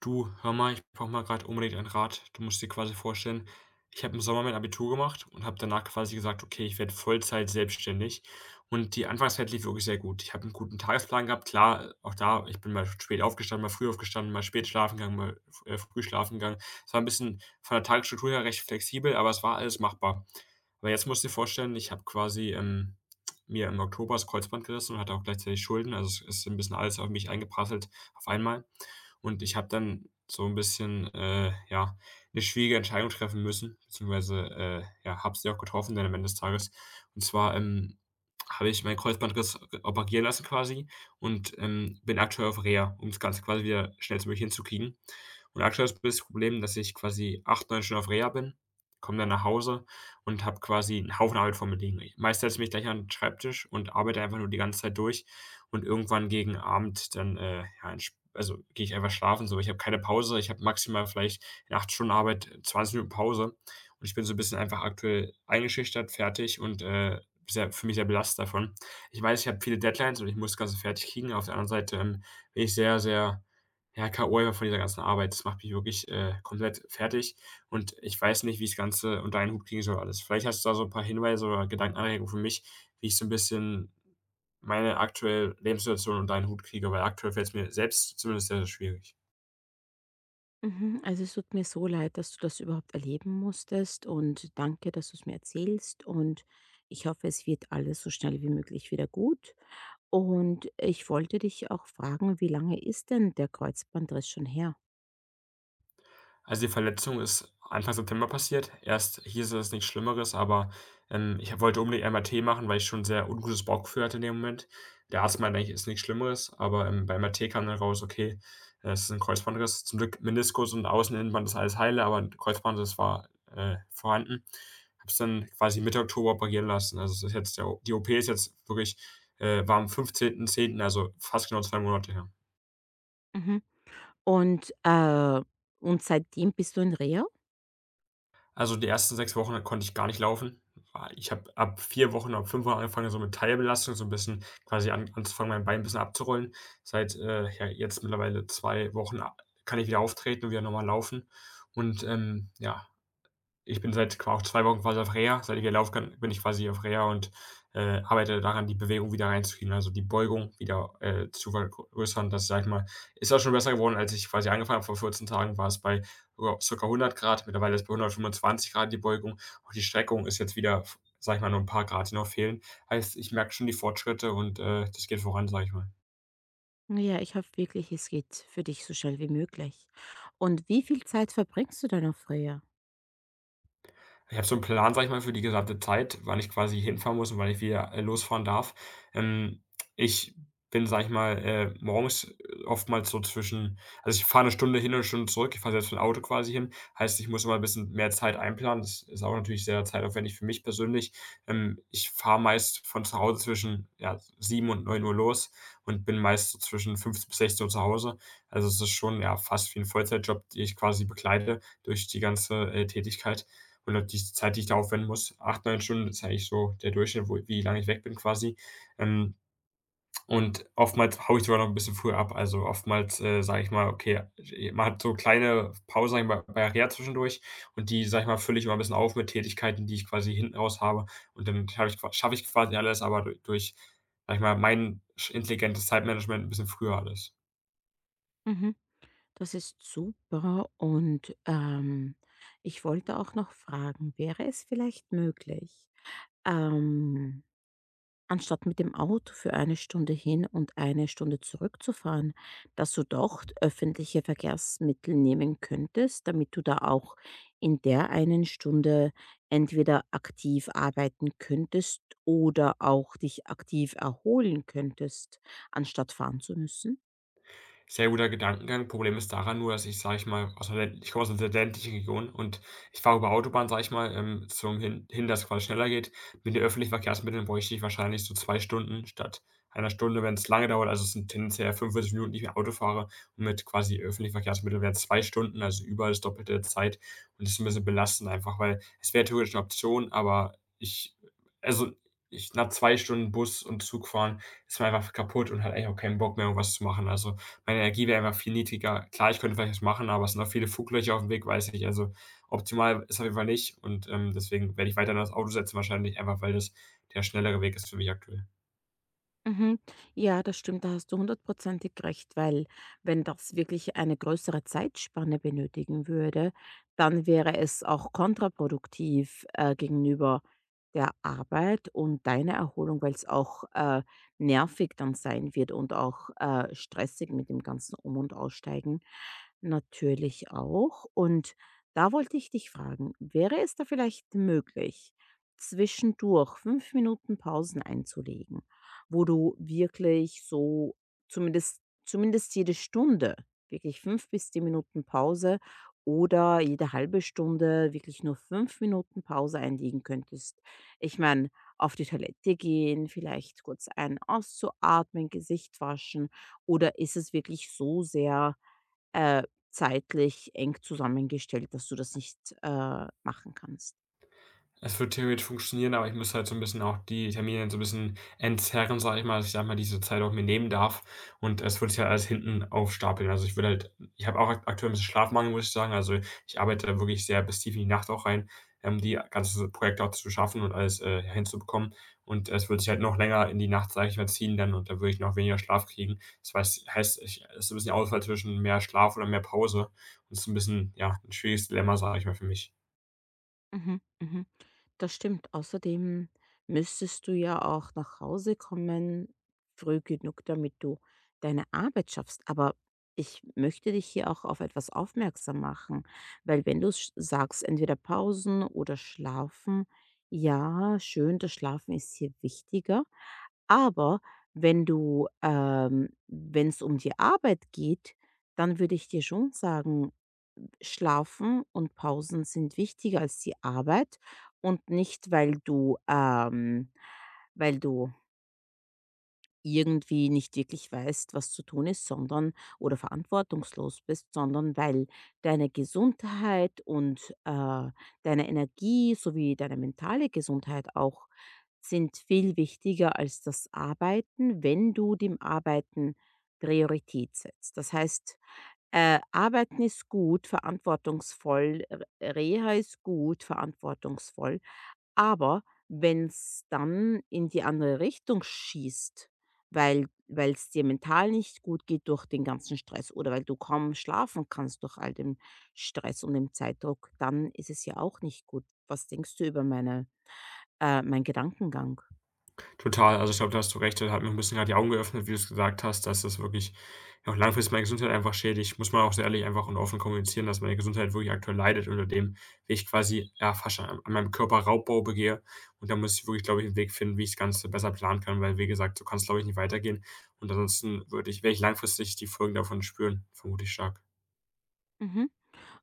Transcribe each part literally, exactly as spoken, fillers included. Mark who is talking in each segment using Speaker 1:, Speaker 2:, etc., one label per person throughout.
Speaker 1: Du, hör mal, ich brauche mal gerade unbedingt einen Rat. Du musst dir quasi vorstellen, ich habe im Sommer mein Abitur gemacht und habe danach quasi gesagt, okay, ich werde Vollzeit selbstständig. Und die Anfangszeit lief wirklich sehr gut. Ich habe einen guten Tagesplan gehabt. Klar, auch da, ich bin mal spät aufgestanden, mal früh aufgestanden, mal spät schlafen gegangen, mal äh, früh schlafen gegangen. Es war ein bisschen von der Tagesstruktur her recht flexibel, aber es war alles machbar. Aber jetzt musst du dir vorstellen, ich habe quasi ähm, mir im Oktober das Kreuzband gerissen und hatte auch gleichzeitig Schulden. Also es ist ein bisschen alles auf mich eingeprasselt auf einmal. Und ich habe dann so ein bisschen, äh, ja, eine schwierige Entscheidung treffen müssen, beziehungsweise, äh, ja, habe sie auch getroffen dann am Ende des Tages. Und zwar, ähm, habe ich mein Kreuzbandriss operieren lassen quasi und, ähm, bin aktuell auf Reha, um das Ganze quasi wieder schnellstmöglich hinzukriegen. Und aktuell ist das Problem, dass ich quasi acht neun Stunden auf Reha bin, komme dann nach Hause und habe quasi einen Haufen Arbeit vor mir liegen. Meist setze ich mich gleich an den Schreibtisch und arbeite einfach nur die ganze Zeit durch und irgendwann gegen Abend dann, äh, ja, entsp also, gehe ich einfach schlafen so. Ich habe keine Pause. Ich habe maximal vielleicht in acht Stunden Arbeit äh, zwanzig Minuten Pause und ich bin so ein bisschen einfach aktuell eingeschüchtert, fertig und, äh, sehr für mich sehr belastet davon. Ich weiß, ich habe viele Deadlines und ich muss das Ganze fertig kriegen. Auf der anderen Seite, ähm, bin ich sehr, sehr, ja, k o einfach von dieser ganzen Arbeit. Das macht mich wirklich, äh, komplett fertig und ich weiß nicht, wie ich das Ganze unter einen Hut kriegen soll alles. Vielleicht hast du da so ein paar Hinweise oder Gedankenanregungen für mich, wie ich so ein bisschen meine aktuelle Lebenssituation unter einen Hut kriege, weil aktuell fällt es mir selbst zumindest sehr, sehr schwierig.
Speaker 2: Mhm, also es tut mir so leid, dass du das überhaupt erleben musstest und danke, dass du es mir erzählst und ich hoffe, es wird alles so schnell wie möglich wieder gut. Und ich wollte dich auch fragen, wie lange ist denn der Kreuzbandriss schon her?
Speaker 1: Also, die Verletzung ist Anfang September passiert. Erst hieß es nichts Schlimmeres, aber, ähm, ich wollte unbedingt M R T machen, weil ich schon 'n sehr ungutes Bauchgefühl hatte in dem Moment. Der Arzt meinte eigentlich, ist nichts Schlimmeres, aber, ähm, beim M R T kam dann raus, okay, äh, es ist ein Kreuzbandriss. Zum Glück Meniskus und Außeninnenband ist alles heile, aber 'n Kreuzband, das war, äh, vorhanden. Habe es dann quasi Mitte Oktober operieren lassen. Also, es ist jetzt der O die O P ist jetzt wirklich, äh, war am fünfzehnten zehnten., also fast genau zwei Monate her.
Speaker 2: Mhm. Und, äh, und seitdem bist du in Reha?
Speaker 1: Also, die ersten sechs Wochen konnte ich gar nicht laufen. Ah, ich habe ab vier Wochen, ab fünf Wochen angefangen, so mit Teilbelastung so ein bisschen quasi an anzufangen, mein Bein 'n bisschen abzurollen. Seit, äh, ja, jetzt mittlerweile zwei Wochen a kann ich wieder auftreten und wieder normal laufen und, ähm, ja, ich bin seit qua auch zwei Wochen quasi auf Reha. Seit ich wieder laufen kann, bin ich quasi auf Reha und, äh, arbeite daran, die Bewegung wieder reinzukriegen, also die Beugung wieder, äh, zu vergrößern. Das, sage ich mal, ist auch schon besser geworden, als ich quasi angefangen habe. Vor vierzehn Tagen war es bei, ja, circa hundert C. Mittlerweile ist es bei hundertfünfundzwanzig Grad die Beugung. Und die Streckung ist jetzt wieder, f sage ich mal, nur ein paar Grad, die noch fehlen. Heißt, ich merke schon die Fortschritte und, äh, das geht voran, sage ich mal.
Speaker 2: Ja, ich hoffe wirklich, es geht für dich so schnell wie möglich. Und wie viel Zeit verbringst du dann auf Reha?
Speaker 1: Ich habe so einen Plan, sag ich mal, für die gesamte Zeit, wann ich quasi hinfahren muss und wann ich wieder, äh, losfahren darf. Ähm, ich bin, sag ich mal, äh, morgens oftmals so zwischen also, ich fahre eine Stunde hin und eine Stunde zurück. Ich fahre selbst mit dem Auto quasi hin. Heißt, ich muss immer ein bisschen mehr Zeit einplanen. Das ist auch natürlich sehr zeitaufwendig für mich persönlich. Ähm, ich fahre meist von zu Hause zwischen, ja, sieben und neun Uhr los und bin meist so zwischen fünfzehn bis sechzehn Uhr zu Hause. Also, es ist schon, ja, fast wie ein Vollzeitjob, den ich quasi begleite durch die ganze, äh, Tätigkeit. Und auch diese Zeit, die ich da aufwenden muss, acht neun Stunden, das ist eigentlich so der Durchschnitt, wo wie lange ich weg bin quasi. Ähm, und oftmals haue ich sogar noch ein bisschen früher ab. Also, oftmals, äh, sage ich mal, okay, man hat so kleine Pausen, sage ich mal, bei Reha zwischendurch und die, sage ich mal, fülle ich immer ein bisschen auf mit Tätigkeiten, die ich quasi hinten raus habe. Und dann habe ich qua schaffe ich quasi alles, aber du durch, sage ich mal, mein intelligentes Zeitmanagement ein bisschen früher alles.
Speaker 2: Mhm. Das ist super und, ähm, ich wollte auch noch fragen, wäre es vielleicht möglich, ähm, anstatt mit dem Auto für eine Stunde hin und eine Stunde zurückzufahren, dass du doch öffentliche Verkehrsmittel nehmen könntest, damit du da auch in der einen Stunde entweder aktiv arbeiten könntest oder auch dich aktiv erholen könntest, anstatt fahren zu müssen?
Speaker 1: Sehr guter Gedankengang. Problem ist daran nur, dass ich, sage ich mal, aus 'ner ländl ich komme aus 'ner ländlichen Region und ich fahre über Autobahn, sage ich mal, ähm, zum hin hin, dass es quasi schneller geht. Mit den öffentlichen Verkehrsmitteln bräuchte ich wahrscheinlich so zwei Stunden statt einer Stunde, wenn es lange dauert. Also, es sind tendenziell fünfundvierzig Minuten, die ich mit Auto fahre. Und mit quasi öffentlichen Verkehrsmitteln wären's zwei Stunden, also über das Doppelte der Zeit. Und das ist ein bisschen belastend einfach, weil es wäre theoretisch eine Option, aber ich also, ich nach zwei Stunden Bus und Zug fahren ist man einfach kaputt und hat eigentlich auch keinen Bock mehr, irgendwas zu machen. Also meine Energie wäre einfach viel niedriger. Klar, ich könnte vielleicht was machen, aber es sind auch viele Fuglöcher auf dem Weg, weiß ich. Also, optimal ist auf jeden Fall nicht und, ähm, deswegen werde ich weiterhin das Auto setzen wahrscheinlich, einfach weil das der schnellere Weg ist für mich aktuell.
Speaker 2: Mhm. Ja, das stimmt, da hast du hundertprozentig recht, weil wenn das wirklich eine größere Zeitspanne benötigen würde, dann wäre es auch kontraproduktiv äh, gegenüber der Arbeit und deiner Erholung, weil es auch äh, nervig dann sein wird und auch äh, stressig mit dem ganzen Um- und Aussteigen natürlich auch. Und da wollte ich dich fragen, wäre es da vielleicht möglich, zwischendurch fünf Minuten Pausen einzulegen, wo du wirklich so zumindest zumindest jede Stunde wirklich fünf bis zehn Minuten Pause oder jede halbe Stunde wirklich nur fünf Minuten Pause einlegen könntest. Ich meine, auf die Toilette gehen, vielleicht kurz ein auszuatmen, Gesicht waschen oder ist es wirklich so sehr, äh, zeitlich eng zusammengestellt, dass du das nicht, äh, machen kannst?
Speaker 1: Es würde theoretisch funktionieren, aber ich müsste halt so 'n bisschen auch die Termine so 'n bisschen entzerren, sage ich mal, dass ich, sage mal, diese Zeit auch mir nehmen darf und es würde sich halt alles hinten aufstapeln. Also, ich würde halt ich habe auch aktuell 'n bisschen Schlafmangel, muss ich sagen. Also, ich arbeite da wirklich sehr bis tief in die Nacht auch rein, ähm, die ganzen Projekte auch zu schaffen und alles, äh, hinzubekommen. Und es würde sich halt noch länger in die Nacht, sage ich mal, ziehen dann und da würde ich noch weniger Schlaf kriegen. Das weiß heißt, ich ist so 'n bisschen Auswahl zwischen mehr Schlaf oder mehr Pause und ist 'n bisschen, ja, 'n schwieriges Dilemma, sage ich mal, für mich.
Speaker 2: Mhm, mhm. Das stimmt. Außerdem müsstest du ja auch nach Hause kommen, früh genug, damit du deine Arbeit schaffst. Aber ich möchte dich hier auch auf etwas aufmerksam machen, weil wenn du sch- sagst, entweder Pausen oder Schlafen, ja, schön, das Schlafen ist hier wichtiger, aber wenn du ähm, wenn es um die Arbeit geht, dann würde ich dir schon sagen, Schlafen und Pausen sind wichtiger als die Arbeit und nicht, weil du, ähm weil du irgendwie nicht wirklich weißt, was zu tun ist, sondern oder verantwortungslos bist, sondern weil deine Gesundheit und, äh, deine Energie sowie deine mentale Gesundheit auch sind viel wichtiger als das Arbeiten, wenn du dem Arbeiten Priorität setzt. Das heißt, äh, Arbeiten ist gut, verantwortungsvoll, R Reha ist gut, verantwortungsvoll, aber wenn's dann in die andere Richtung schießt, weil weil's dir mental nicht gut geht durch den ganzen Stress oder weil du kaum schlafen kannst durch all den Stress und dem Zeitdruck, dann ist es ja auch nicht gut. Was denkst du über meine äh, meinen Gedankengang?
Speaker 1: Total, also, ich glaube, da hast du recht. Das hat mir ein bisschen gerade die Augen geöffnet, wie du es gesagt hast, dass das wirklich ja auch langfristig meine Gesundheit einfach schädigt. Muss man auch so ehrlich einfach und offen kommunizieren, dass meine Gesundheit wirklich aktuell leidet unter dem, wie ich quasi, ja, fast schon an an meinem Körper Raubbau begehe. Und da muss ich wirklich, glaube ich, einen Weg finden, wie ich das Ganze besser planen kann, weil, wie gesagt, so kann es, glaube ich, nicht weitergehen. Und ansonsten würde ich werde ich langfristig die Folgen davon spüren, vermute ich stark.
Speaker 2: Mhm.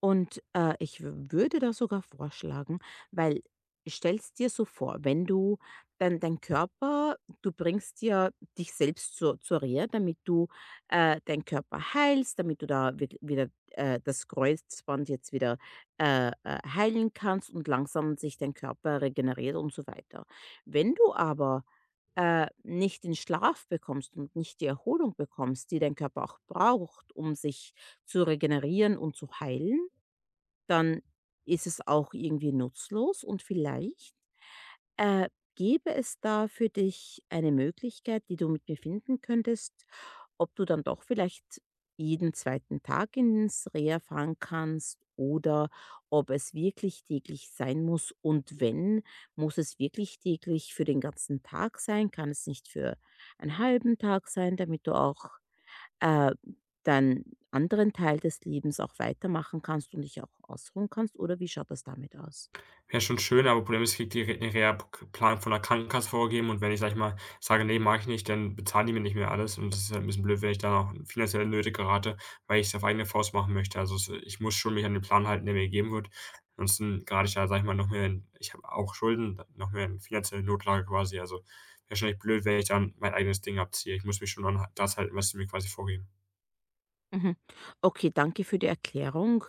Speaker 2: Und, äh, ich w- würde das sogar vorschlagen, weil stellst dir so vor, wenn du dein dein Körper du bringst dir dich selbst zur zur Reha, damit du, äh, deinen Körper heilst, damit du da wirk wieder, äh, das Kreuzband jetzt wieder, äh, äh, heilen kannst und langsam sich dein Körper regeneriert und so weiter. Wenn du aber, äh, nicht den Schlaf bekommst und nicht die Erholung bekommst, die dein Körper auch braucht, um sich zu regenerieren und zu heilen, dann ist es auch irgendwie nutzlos und vielleicht, äh, gäbe es da für dich eine Möglichkeit, die du mit mir finden könntest, ob du dann doch vielleicht jeden zweiten Tag ins Reha fahren kannst oder ob es wirklich täglich sein muss und wenn, muss es wirklich täglich für den ganzen Tag sein? Kann es nicht für einen halben Tag sein, damit du auch äh, deinen anderen Teil des Lebens auch weitermachen kannst und dich auch ausruhen kannst, oder wie schaut das damit aus?
Speaker 1: Wäre schon schön, aber Problem ist, ich kriege die Re den Rehaplan von der Krankenkasse vorgegeben und wenn ich, sage ich mal, sage: „Ne, mache ich nicht", dann bezahlen die mir nicht mehr alles und das ist halt 'n bisschen blöd, wenn ich da noch in finanzielle Nöte gerate, weil ich es auf eigene Faust machen möchte. Also, es ich muss schon mich an den Plan halten, der mir gegeben wird. Ansonsten gerade ich da, sage ich mal, noch mehr in ich habe auch Schulden, noch mehr in finanzielle Notlage quasi. Also, wäre schon echt blöd, wenn ich dann mein eigenes Ding abziehe. Ich muss mich schon an das halten, was sie mir quasi vorgeben.
Speaker 2: Mhm. Okay, danke für die Erklärung,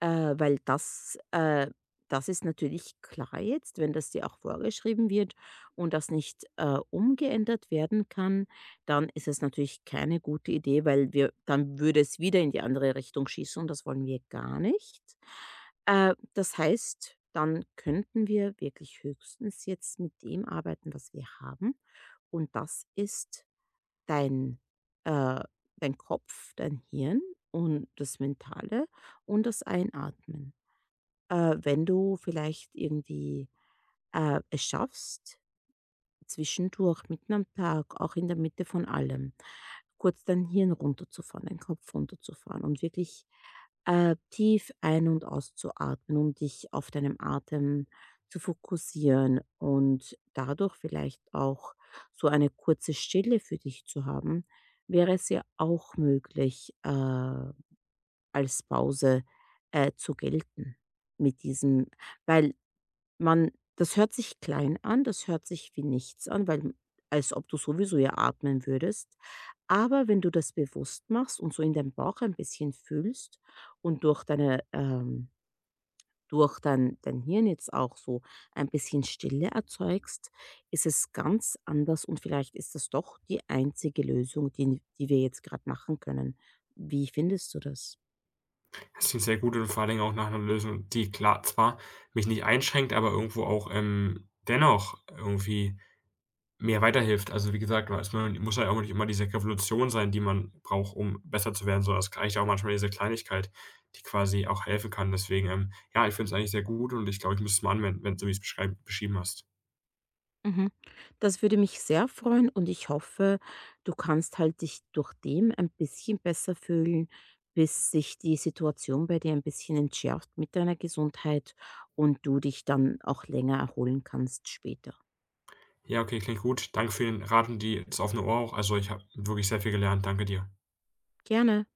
Speaker 2: äh, weil das, äh, das ist natürlich klar jetzt, wenn das dir auch vorgeschrieben wird und das nicht äh, umgeändert werden kann, dann ist es natürlich keine gute Idee, weil wir, dann würde es wieder in die andere Richtung schießen und das wollen wir gar nicht. Äh, das heißt, dann könnten wir wirklich höchstens jetzt mit dem arbeiten, was wir haben. Und das ist dein, äh dein Kopf, dein Hirn und das Mentale und das Einatmen. Äh, wenn du vielleicht irgendwie, äh, es schaffst, zwischendurch, mitten am Tag, auch in der Mitte von allem, kurz dein Hirn runterzufahren, deinen Kopf runterzufahren und wirklich äh, tief ein- und auszuatmen, um dich auf deinem Atem zu fokussieren und dadurch vielleicht auch so eine kurze Stille für dich zu haben, wäre es ja auch möglich, äh, als Pause äh, zu gelten mit diesem, weil man das hört sich klein an, das hört sich wie nichts an, weil als ob du sowieso ja atmen würdest. Aber wenn du das bewusst machst und so in deinem Bauch ein bisschen fühlst und durch deine, ähm durch dein dein Hirn jetzt auch so ein bisschen Stille erzeugst, ist es ganz anders und vielleicht ist das doch die einzige Lösung, die die wir jetzt gerade machen können. Wie findest du das?
Speaker 1: Das sind sehr gut und vor allen Dingen auch nach einer Lösung, die klar zwar mich nicht einschränkt, aber irgendwo auch, ähm, dennoch irgendwie mir weiterhilft. Also, wie gesagt, weiß man muss ja auch nicht immer diese Revolution sein, die man braucht, um besser zu werden, sondern es reicht ja auch manchmal diese Kleinigkeit, die quasi auch helfen kann. Deswegen, ähm, ja, ich finde es eigentlich sehr gut und ich glaube, ich muss es mal anwenden, wenn so wie's beschreiben beschrieben hast.
Speaker 2: Mhm. Das würde mich sehr freuen und ich hoffe, du kannst halt dich durch dem ein bisschen besser fühlen, bis sich die Situation bei dir ein bisschen entschärft mit deiner Gesundheit und du dich dann auch länger erholen kannst später.
Speaker 1: Ja, okay, klingt gut. Danke für den Rat und die das offene Ohr auch. Also, ich habe wirklich sehr viel gelernt. Danke dir.
Speaker 2: Gerne.